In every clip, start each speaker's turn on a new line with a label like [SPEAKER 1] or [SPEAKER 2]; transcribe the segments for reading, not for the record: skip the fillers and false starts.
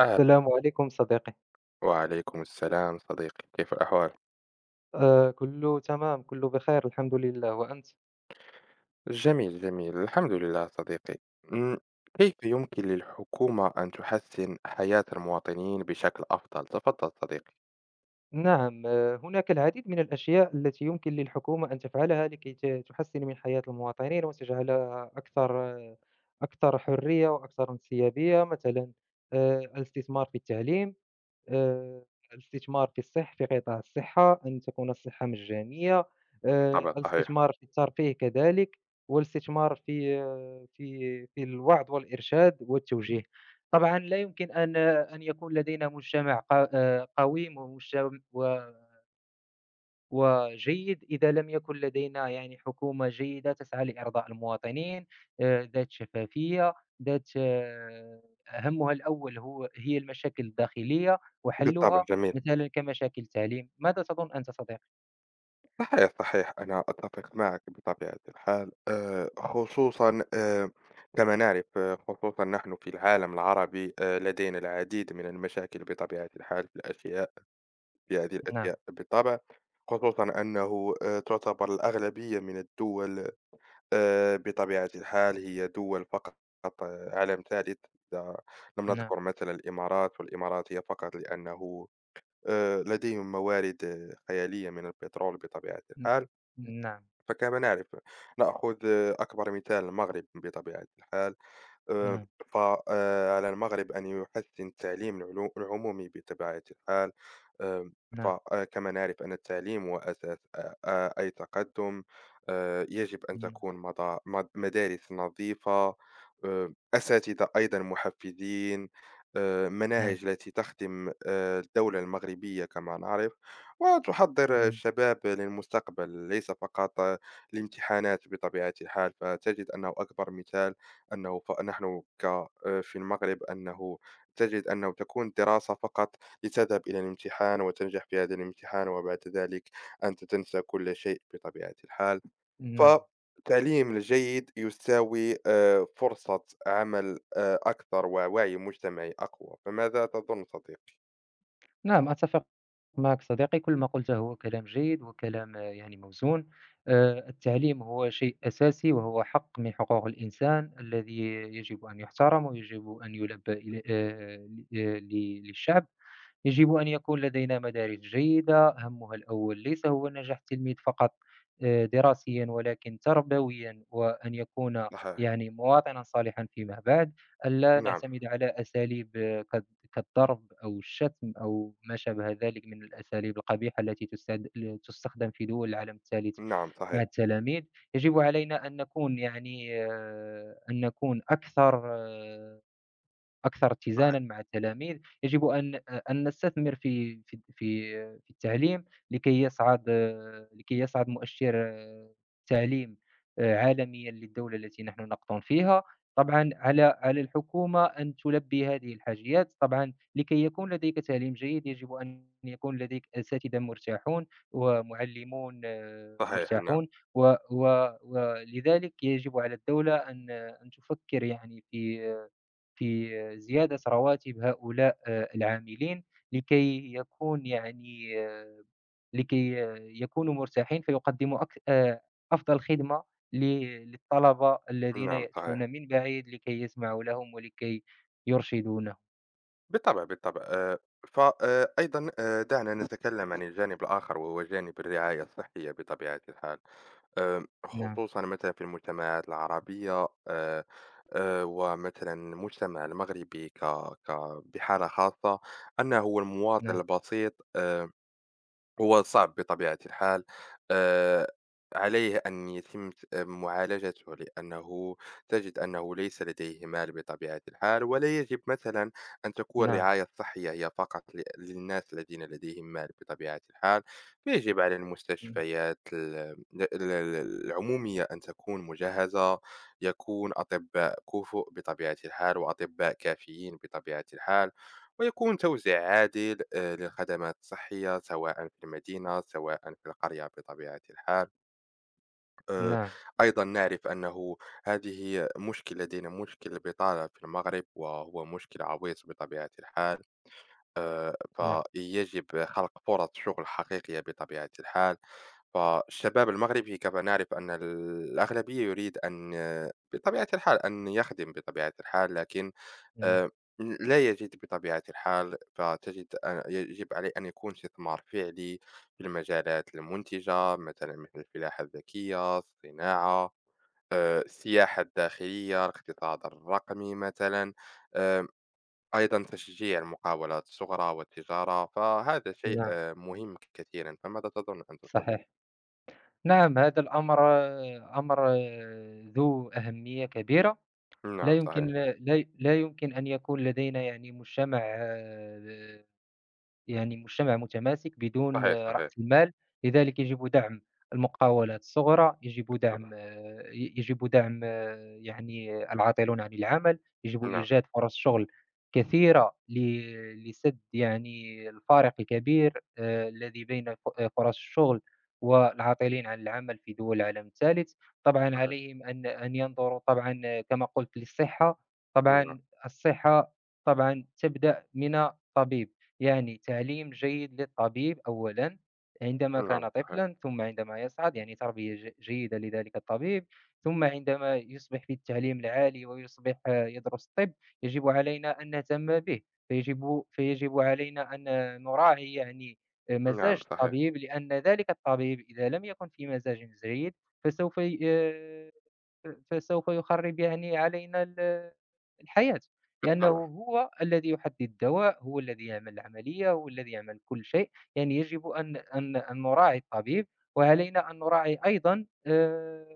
[SPEAKER 1] أهلا.
[SPEAKER 2] السلام عليكم صديقي.
[SPEAKER 1] وعليكم السلام صديقي، كيف الأحوال؟
[SPEAKER 2] كله تمام كله بخير الحمد لله وأنت؟
[SPEAKER 1] جميل جميل، الحمد لله صديقي. أمم، كيف يمكن للحكومة أن تحسن حياة المواطنين بشكل أفضل؟ تفضل صديقي.
[SPEAKER 2] نعم. هناك العديد من الأشياء التي يمكن للحكومة أن تفعلها لكي تحسن من حياة المواطنين وتجعلها أكثر أكثر حرية وأكثر انسيابية مثلا. الاستثمار في التعليم. آآ الاستثمار في الصح في قطاع الصحة، أن تكون الصحة مجانية.
[SPEAKER 1] بالطبع صحيح.
[SPEAKER 2] الاستثمار في الترفيه كذلك، والاستثمار في الوعظ والإرشاد والتوجيه. طبعًا لا يمكن أن يكون لدينا مجتمع ق قويم ومجت و وجيد إذا لم يكن لدينا يعني حكومة جيدة تسعى لإرضاء المواطنين، ذات شفافية، ذات همها الأول هي المشاكل الداخلية
[SPEAKER 1] بالطبع
[SPEAKER 2] وحلها،
[SPEAKER 1] جميل.
[SPEAKER 2] مثلًا كمشاكل التعليم. ماذا تظن أنت صديقي؟
[SPEAKER 1] صحيح صحيح، أنا أتفق معك بطبيعة الحال خصوصا كما نعرف خصوصا نحن في العالم العربي، لدينا العديد من المشاكل بطبيعة الحال في الأشياء، بهذه
[SPEAKER 2] نعم،
[SPEAKER 1] الأشياء بالطبع، خصوصًا أنه تعتبر الأغلبية من الدول بطبيعة الحال هي دول فقط، عالم ثالث، إذا لم
[SPEAKER 2] نعم،
[SPEAKER 1] نذكر مثلًا الإمارات، والإمارات هي فقط لأنه لديهم موارد خيالية من البترول بطبيعة
[SPEAKER 2] ن
[SPEAKER 1] الحال.
[SPEAKER 2] نعم،
[SPEAKER 1] فكما نعرف نأخذ أكبر مثال المغرب بطبيعة الحال. آآ
[SPEAKER 2] نعم،
[SPEAKER 1] ف على المغرب أن يحسّن التعليم العمومي بطبيعة الحال. آمم
[SPEAKER 2] نعم،
[SPEAKER 1] فكما نعرف أن التعليم هو أساس أ أ أي تقدُّم. يجب أن
[SPEAKER 2] نعم،
[SPEAKER 1] تكون مضا مد مدارس نظيفة، أساتذة أيضًا مُحفّزين،
[SPEAKER 2] نعم،
[SPEAKER 1] مناهج التي تخدم الدولة المغربية كما نعرف، وتُحضّر
[SPEAKER 2] نعم،
[SPEAKER 1] الشباب للمستقبل، ليس فقط الامتحانات بطبيعة الحال. فتجد أنه أكبر مثال أنه فنحن ك في المغرب أنه تجد أنه تكون الدراسة فقط لتذهب إلى الامتحان وتنجح في هذا الامتحان، وبعد ذلك أنت تنسى كل شيء بطبيعة الحال.
[SPEAKER 2] نعم.
[SPEAKER 1] فالتعليم الجيد يساوي فرصة عمل أكثر ووعي مجتمعي أقوى. فماذا تظن صديقي؟
[SPEAKER 2] نعم، أتفق معك صديقي. كل ما قُلته هو كلام جيد وكلام يعني موزون. التعليم هو شيء أساسي وهو حق من حقوق الإنسان الذي يجب أن يُحترم ويجب أن يُلبّى إلي ل ل آه، للشعب. يجب أن يكون لدينا مدارس جيدة، همها الأول ليس هو نجاح التلميذ فقط دراسيًا ولكن تربويًا، وأن يكون
[SPEAKER 1] صحيح،
[SPEAKER 2] يعني مواطنًا صالحًا فيما بعد، ألا
[SPEAKER 1] نعم.
[SPEAKER 2] نعتمد على أساليب ك كالضرب أو الشتم أو ما شابه ذلك من الأساليب القبيحة التي تستد ل تستخدم في دول العالم الثالث
[SPEAKER 1] نعم صحيح.
[SPEAKER 2] مع التلاميذ. يجب علينا أن نكون يعني أن نكون أكثر أكثر
[SPEAKER 1] صحيح.
[SPEAKER 2] اتزانا مع التلاميذ. يجب أن نستثمر في في التعليم لكي يصعد، لكي يصعد مؤشر التعليم عالميًا للدولة التي نحن نقطن فيها. طبعًا على الحكومة أن تلبي هذه الحاجيات. طبعًا لكي يكون لديك تعليم جيد يجب أن يكون لديك أساتذة مرتاحون ومعلمون
[SPEAKER 1] صحيح، نعم.
[SPEAKER 2] مرتاحون، و و ولذلك يجب على الدولة أن تفكر يعني في زيادة رواتب هؤلاء العاملين لكي يكون يعني آه، لكي آه، يكونوا مرتاحين فيقدموا أك أفضل خدمة ل للطلبة الذين
[SPEAKER 1] نعم صحيح.
[SPEAKER 2] يأتون من بعيد لكي يسمعوا لهم ولكي يرشدونهم.
[SPEAKER 1] بالطبع، بالطبع. ف أيضًا دعنا نتكلّم عن الجانب الآخر وهو جانب الرعاية الصحية بطبيعة الحال.
[SPEAKER 2] نعم،
[SPEAKER 1] خصوصًا مثلًا في المجتمعات العربية، ومثلًا المجتمع المغربي ك ك بحالة خاصة، أنه هو المواطن
[SPEAKER 2] نعم،
[SPEAKER 1] البسيط هو صعب بطبيعة الحال. آآ، عليه أن يتم معالجته لأنه تجد أنه ليس لديه مال بطبيعة الحال، ولا يجب مثلًا أن تكون
[SPEAKER 2] نعم،
[SPEAKER 1] الرعاية الصحية هي فقط للناس الذين لديهم مال بطبيعة الحال. فيجب على
[SPEAKER 2] إمم،
[SPEAKER 1] المستشفيات ال العمومية أن تكون مجهزة، يكون أطباء كُفؤ بطبيعة الحال، وأطباء كافيين بطبيعة الحال. ويكون توزيع عادل للخدمات الصحية سواء في المدينة سواء في القرية بطبيعة الحال. آه،
[SPEAKER 2] نعم،
[SPEAKER 1] أيضا نعرف أنه هذه مشكل لدينا مشكل البطالة في المغرب وهو مشكل عويص بطبيعة الحال.
[SPEAKER 2] نعم،
[SPEAKER 1] فيجب خلق فرص شغل حقيقية بطبيعة الحال. فالشباب المغربي كما نعرف أن الأغلبية يريد أن بطبيعة الحال أن يخدم بطبيعة الحال، لكن
[SPEAKER 2] نعم،
[SPEAKER 1] آآ، ل لا يجد بطبيعة الحال. فتجد أ يجب عليه أن يكون استثمار فعلي في المجالات المنتجة، مثلًا مثل الفلاحة الذكية، الصناعة، السياحة الداخلية، الاقتصاد الرقمي مثلًا، آآ، أيضًا تشجيع المقاولات الصغرى والتجارة. فهذا شيء
[SPEAKER 2] نعم،
[SPEAKER 1] مهم كثيرًا. فماذا تظن أنت
[SPEAKER 2] صحيح.
[SPEAKER 1] صديقي؟
[SPEAKER 2] نعم، هذا الأمر أمر ذو أهمية كبيرة. لا
[SPEAKER 1] نعم
[SPEAKER 2] يمكن
[SPEAKER 1] صحيح.
[SPEAKER 2] لا لا يمكن أن يكون لدينا يعني مجتمع يعني مجتمع متماسك بدون
[SPEAKER 1] صحيح. صحيح.
[SPEAKER 2] رأس المال. لذلك يجب دعم المقاولات الصغرى، يجب
[SPEAKER 1] بالطبع،
[SPEAKER 2] دعم آه، ي يجب دعم العاطلون عن العمل. يجب
[SPEAKER 1] نعم.
[SPEAKER 2] إيجاد فرص شغل كثيرة لسد يعني الفارق الكبير الذي بين ف آه، فرص الشغل والعاطلين عن العمل في دول العالم الثالث. طبعًا
[SPEAKER 1] صحيح،
[SPEAKER 2] عليهم أن ينظروا طبعًا كما قلت للصحة.
[SPEAKER 1] نعم.
[SPEAKER 2] طبعًا الصحة طبعًا تبدأ من طبيب. يعني تعليم جيد للطبيب أولًا عندما
[SPEAKER 1] نعم
[SPEAKER 2] كان
[SPEAKER 1] صحيح.
[SPEAKER 2] طفلًا، ثم عندما يصعد يعني تربية جيدة لذلك الطبيب. ثم عندما يصبح في التعليم العالي ويصبح يدرس الطب يجب علينا أن نهتم به. فيجب علينا أن نراعي يعني
[SPEAKER 1] نعم
[SPEAKER 2] مزاج
[SPEAKER 1] صحيح.
[SPEAKER 2] الطبيب، لأن ذلك الطبيب إذا لم يكن في مزاج جيد فسوف ي آه، فسوف يخرب يعني علينا الحياة، لأنه
[SPEAKER 1] بالطبع،
[SPEAKER 2] هو الذي يحدد الدواء، هو الذي يعمل العملية، هو الذي يعمل كل شيء. يعني يجب أن نراعي الطبيب. وعلينا أن نراعي أيضًا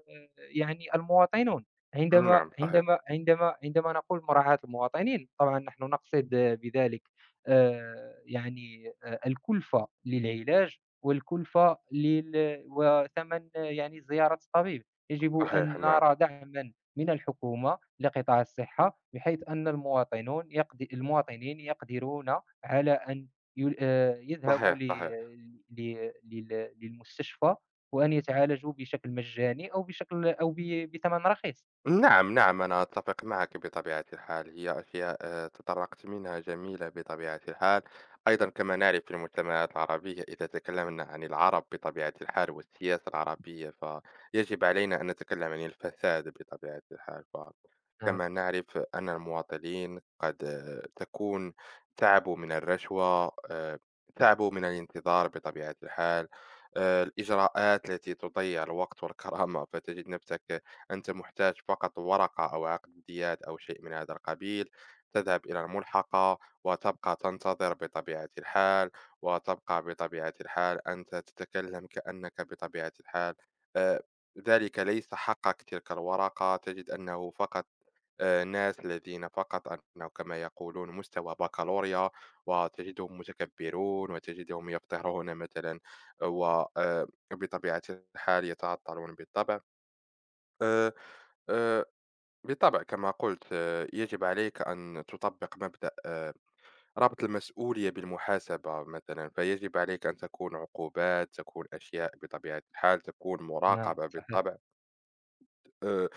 [SPEAKER 2] يعني المواطنون. عندما
[SPEAKER 1] نعم. صحيح،
[SPEAKER 2] عندما عندما عندما نقول مراعاة المواطنين، طبعًا نحن نقصد بذلك يعني الكلفة للعلاج والكلفة لل وثمن يعني زيارة الطبيب. يجب
[SPEAKER 1] صحيح،
[SPEAKER 2] أن
[SPEAKER 1] نعم.
[SPEAKER 2] نرى دعمًا من الحكومة لقطاع الصحة، بحيث أن المواطنون يقد المواطنين يقدرون على أن يل يذهبوا
[SPEAKER 1] صحيح،
[SPEAKER 2] ل
[SPEAKER 1] صحيح.
[SPEAKER 2] ل لل للمستشفى وأن يتعالجوا بشكل مجاني أو بشكل أو ب بثمن رخيص.
[SPEAKER 1] نعم، نعم، أنا أتّفق معك بطبيعة الحال، هي أشياء تطرّقت منها جميلة بطبيعة الحال. أيضًا كما نعرف في المجتمعات العربية، إذا تكلّمنا عن العرب بطبيعة الحال والسياسة العربية، فيجب علينا أن نتكلّم عن الفساد بطبيعة الحال.
[SPEAKER 2] نعم،
[SPEAKER 1] فكما نعرف أن المواطنين قد تكون تعبوا من الرشوة، تعبوا من الانتظار بطبيعة الحال، الإجراءات التي تضيّع الوقت والكرامة. فتجد نفْسك أنت محتاج فقط ورقة أو عقد امتياز أو شيء من هذا القبيل، تذهب إلى الملحقة وتبقى تنتظر بطبيعة الحال، وتبقى بطبيعة الحال أنت تتكلم كأنك بطبيعة الحال آه، ذلك ليس حقك تلك الورقة. تجد أنه فقط ناس الذين فقط أنه كما يقولون مستوى بكالوريا، وتجدهم متكبرون وتجدهم يفترون مثلا، وبطبيعة الحال يتعطلون بالطبع. آه، آه، بالطبع كما قلت، يجب عليك أن تطبق مبدأ ربط المسؤولية بالمحاسبة مثلا، فيجب عليك أن تكون عقوبات، تكون أشياء بطبيعة الحال، تكون
[SPEAKER 2] نعم،
[SPEAKER 1] مراقبة
[SPEAKER 2] صحيح،
[SPEAKER 1] بالطبع. آه،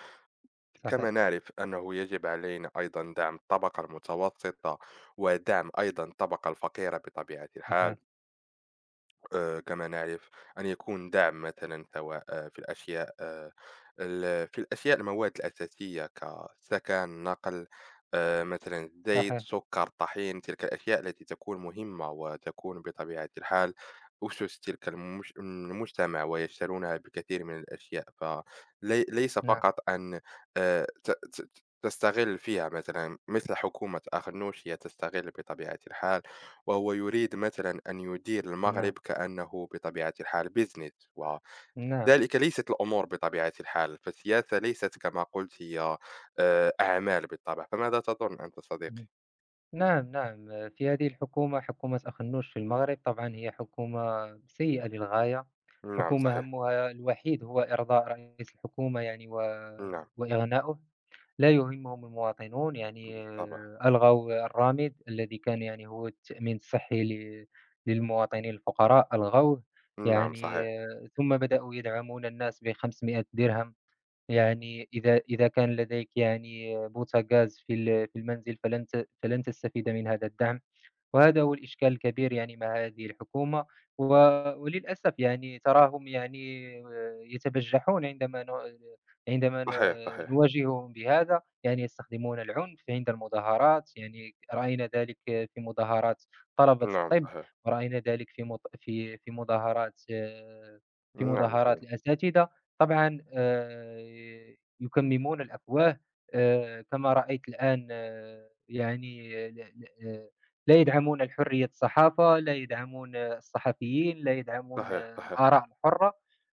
[SPEAKER 2] صحيح،
[SPEAKER 1] كما نعرف أنه يجب علينا أيضا دعم الطبقة المتوسطة ودعم أيضا الطبقة الفقيرة بطبيعة الحال.
[SPEAKER 2] صحيح،
[SPEAKER 1] كما نعرف أن يكون دعم مثلًا سواء في الأشياء ال في الأشياء المواد الأساسية كسكن، نقل، مثلًا زيت،
[SPEAKER 2] صحيح،
[SPEAKER 1] سكر، طحين، تلك الأشياء التي تكون مهمة وتكون بطبيعة الحال أُسُس تلك المجتمع ويشترونها بكثير من الأشياء. ليس
[SPEAKER 2] نعم،
[SPEAKER 1] فقط أن ت ت تستغل فيها، مثلًا مثل حكومة أخنوشيا تستغل بطبيعة الحال، وهو يريد مثلًا أن يدير المغرب
[SPEAKER 2] نعم،
[SPEAKER 1] كأنه بطبيعة الحال business.
[SPEAKER 2] نعم،
[SPEAKER 1] وذلك ليست الأمور بطبيعة الحال. فالسياسة ليست كما قلت هي أعمال بالطبع. فماذا تظن أنت صديقي؟
[SPEAKER 2] اهم، نعم، نعم. في هذه الحكومة، حكومة أخنُّوش في المغرب، طبعًا هي حكومة سيئة للغاية.
[SPEAKER 1] نعم
[SPEAKER 2] حكومة
[SPEAKER 1] صحيح.
[SPEAKER 2] هَمُّها الوحيد هو إرضاء رئيس الحكومة، يعني و
[SPEAKER 1] نعم
[SPEAKER 2] وإغناؤه. لا يهمهم المواطنون. يعني
[SPEAKER 1] بالطبع.
[SPEAKER 2] ألغوا الرامد الذي كان يعني هو التأمين الصحي للمواطنين الفقراء ألغوه.
[SPEAKER 1] نعم
[SPEAKER 2] يعني
[SPEAKER 1] صحيح.
[SPEAKER 2] ثم بدأوا يدعمون الناس ب500 درهم. يعني إذا كان لديك يعني بوتاغاز في المنزل فلن تستفيد من هذا الدعم. وهذا هو الإشكال الكبير يعني مع هذه الحكومة. و وللأسف يعني تراهم يعني يتبجحون عندما
[SPEAKER 1] صحيح. صحيح.
[SPEAKER 2] نواجههم بهذا. يعني يستخدمون العنف عند المظاهرات. يعني رأينا ذلك في مظاهرات طلبة
[SPEAKER 1] نعم
[SPEAKER 2] الطب،
[SPEAKER 1] صحيح.
[SPEAKER 2] ورأينا ذلك في مط في في مظاهرات في
[SPEAKER 1] نعم
[SPEAKER 2] مظاهرات
[SPEAKER 1] جميل.
[SPEAKER 2] الأساتذة. طبعًا يكممون الأفواه. كما رأيت الآن، آه، يعني ل ل آه، لا يدعمون الحرية الصحافة، لا يدعمون الصحفيين، لا يدعمون
[SPEAKER 1] صحيح، صحيح.
[SPEAKER 2] الآراء الحرة.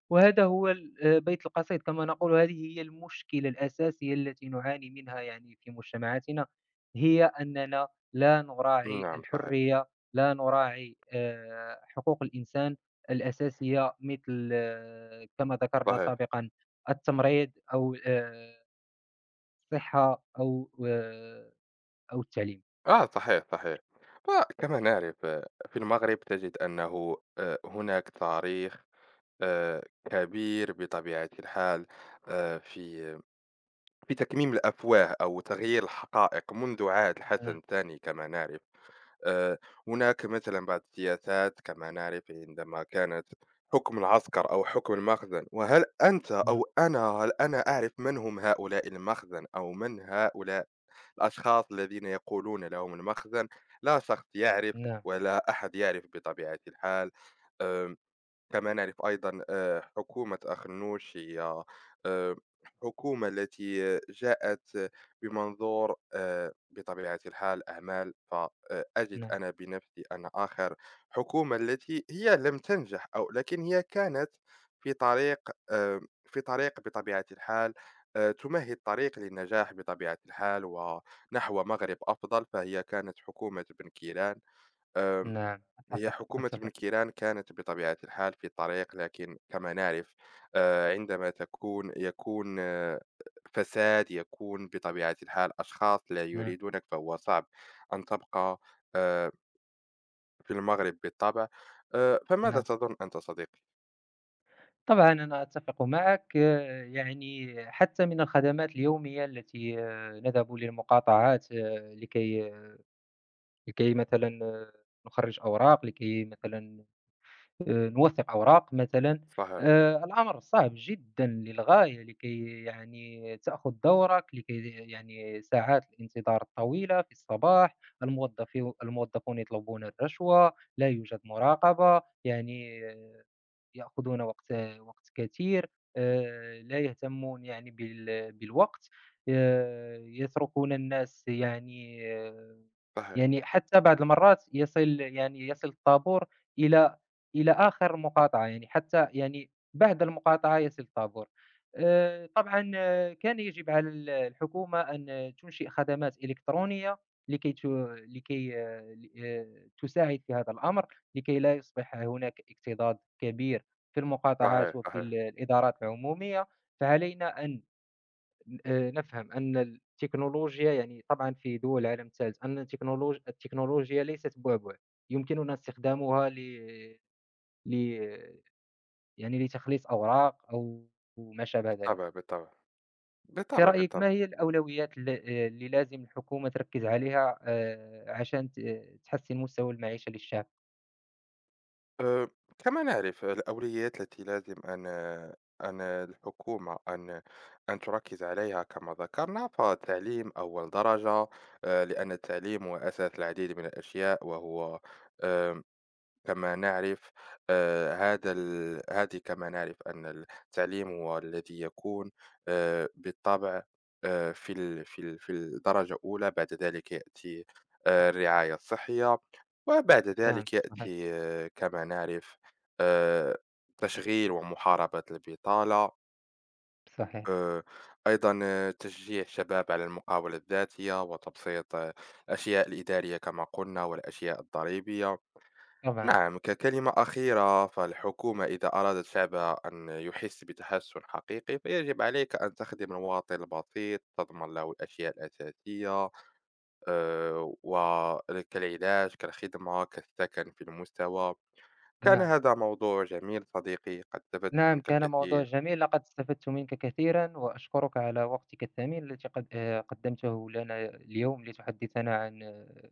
[SPEAKER 2] وهذا هو ال بيت القصيد كما نقول. وهذه هي المشكلة الأساسية التي نعاني منها يعني في مجتمعاتنا، هي أننا لا نراعي
[SPEAKER 1] نعم صحيح.
[SPEAKER 2] الحرية، لا نراعي حقوق الإنسان الأساسية مثل كما ذكرنا
[SPEAKER 1] صحيح.
[SPEAKER 2] سابقًا التمريض أو الصحة أو التعليم.
[SPEAKER 1] آه صحيح، صحيح. وكما نعرف في المغرب تجد أنه هناك تاريخ آآ، كبير بطبيعة الحال آآ، في في تكميم الأفواه أو تغيير الحقائق منذ عهد الحسن
[SPEAKER 2] نعم،
[SPEAKER 1] الثاني كما نعرف. آآ، هناك مثلًا بعض السياسات كما نعرف عندما كانت حكم العسكر أو حكم المخزن. وهل أنت
[SPEAKER 2] نعم،
[SPEAKER 1] أو أنا هل أنا أعرف من هم هؤلاء المخزن أو من هؤلاء الأشخاص الذين يقولون لهم المخزن؟ لا شخص يعرف
[SPEAKER 2] نعم،
[SPEAKER 1] ولا أحد يعرف بطبيعة الحال. آآ كما نعرف أيضًا حكومة أخنوش هي آآ حكومة التي جاءت بمنظور بطبيعة الحال أعمال. فأجد
[SPEAKER 2] نعم.
[SPEAKER 1] أنا بنفسي أن آخر حكومة التي هي لم تنجح، أو لكن هي كانت في طريق بطبيعة الحال تمهد طريق للنجاح بطبيعة الحال ونحو مغرب أفضل، فهي كانت حكومة بن كيران. آآ
[SPEAKER 2] نعم،
[SPEAKER 1] هي
[SPEAKER 2] أتفق،
[SPEAKER 1] حكومة ابن
[SPEAKER 2] أتفق،
[SPEAKER 1] كيران كانت بطبيعة الحال في الطريق، لكن كما نعرف عندما يكون فساد، يكون بطبيعة الحال أشخاص لا
[SPEAKER 2] نعم،
[SPEAKER 1] يريدونك، فهو صعب أن تبقى آه، في المغرب بالطبع. فماذا
[SPEAKER 2] نعم.
[SPEAKER 1] تظن أنت صديقي؟
[SPEAKER 2] طبعًا أنا أتفق معك. يعني حتى من الخدمات اليومية التي نذهب للمقاطعات لكي مثلًا نخرّج أوراق، لكي مثلًا نوثّق أوراق مثلًا.
[SPEAKER 1] صحيح
[SPEAKER 2] الأمر صعب جدًا للغاية لكي يعني تأخذ دورك، لكي يعني ساعات الانتظار الطويلة في الصباح. الموظفون يطلبون الرشوة، لا يوجد مراقبة. يعني يأخذون وقت كثير. لا يهتمون يعني بالوقت. يتركون الناس يعني،
[SPEAKER 1] صحيح.
[SPEAKER 2] يعني حتى بعض المرات يصل يعني يصل الطابور إلى، إلى آخر مقاطعة. يعني حتى يعني بعد المقاطعة يصل الطابور. طبعًا كان يجب على الحكومة أن تنشئ خدمات إلكترونية لكي ت لكي تساعد في هذا الأمر، لكي لا يصبح هناك اكتظاظ كبير في المقاطعات
[SPEAKER 1] صحيح
[SPEAKER 2] وفي
[SPEAKER 1] صحيح.
[SPEAKER 2] الإدارات العمومية. فعلينا أن نفهم أن التكنولوجيا، يعني طبعًا في دول العالم الثالث، أن التكنولوجيا ليست بُعبُع. يمكننا استخدامها ل ل يعني لتخليص أوراق أو ما شابه
[SPEAKER 1] بالطبع
[SPEAKER 2] ذلك.
[SPEAKER 1] بالطبع.
[SPEAKER 2] في
[SPEAKER 1] بالطبع
[SPEAKER 2] رأيك
[SPEAKER 1] بالطبع.
[SPEAKER 2] ما هي الأولويات ال اللي لازم الحكومة تركّز عليها عشان ت آه، تحسّن مستوى المعيشة للشعب؟
[SPEAKER 1] آآ، كما نعرف الأولويات التي لازم أن الحكومة أن تركّز عليها كما ذكرنا، فالتعليم أول درجة. لأن التعليم هو أساس العديد من الأشياء وهو آمم كما نعرف. هذا ال هذه كما نعرف أن التعليم هو الذي يكون بالطبع في الدرجة الأولى. بعد ذلك يأتي الرعاية الصحية، وبعد
[SPEAKER 2] نعم،
[SPEAKER 1] ذلك
[SPEAKER 2] صحيح.
[SPEAKER 1] يأتي كما نعرف آآ تشغيل ومحاربة البطالة،
[SPEAKER 2] صحيح.
[SPEAKER 1] آآ أيضًا تشجيع الشباب على المقاولة الذاتية وتبسيط الأشياء الإدارية كما قلنا والأشياء الضريبية.
[SPEAKER 2] طبعًا،
[SPEAKER 1] نعم، ككلمة أخيرة، فالحكومة إذا أرادت شعبها أن يحس بتحسن حقيقي، فيجب عليك أن تخدم المواطن البسيط، تضمن له الأشياء الأساسية آه، و- كالعلاج كالخدمة كالسكن في المستوى. كان
[SPEAKER 2] نعم.
[SPEAKER 1] هذا موضوع جميل صديقي، قد استفدت
[SPEAKER 2] نعم،
[SPEAKER 1] منك
[SPEAKER 2] كان موضوع
[SPEAKER 1] الكثير.
[SPEAKER 2] جميل. لقد استفدت منك كثيرًا، وأشكرك على وقتك الثمين التي قد قدمته لنا اليوم لتحدثنا عن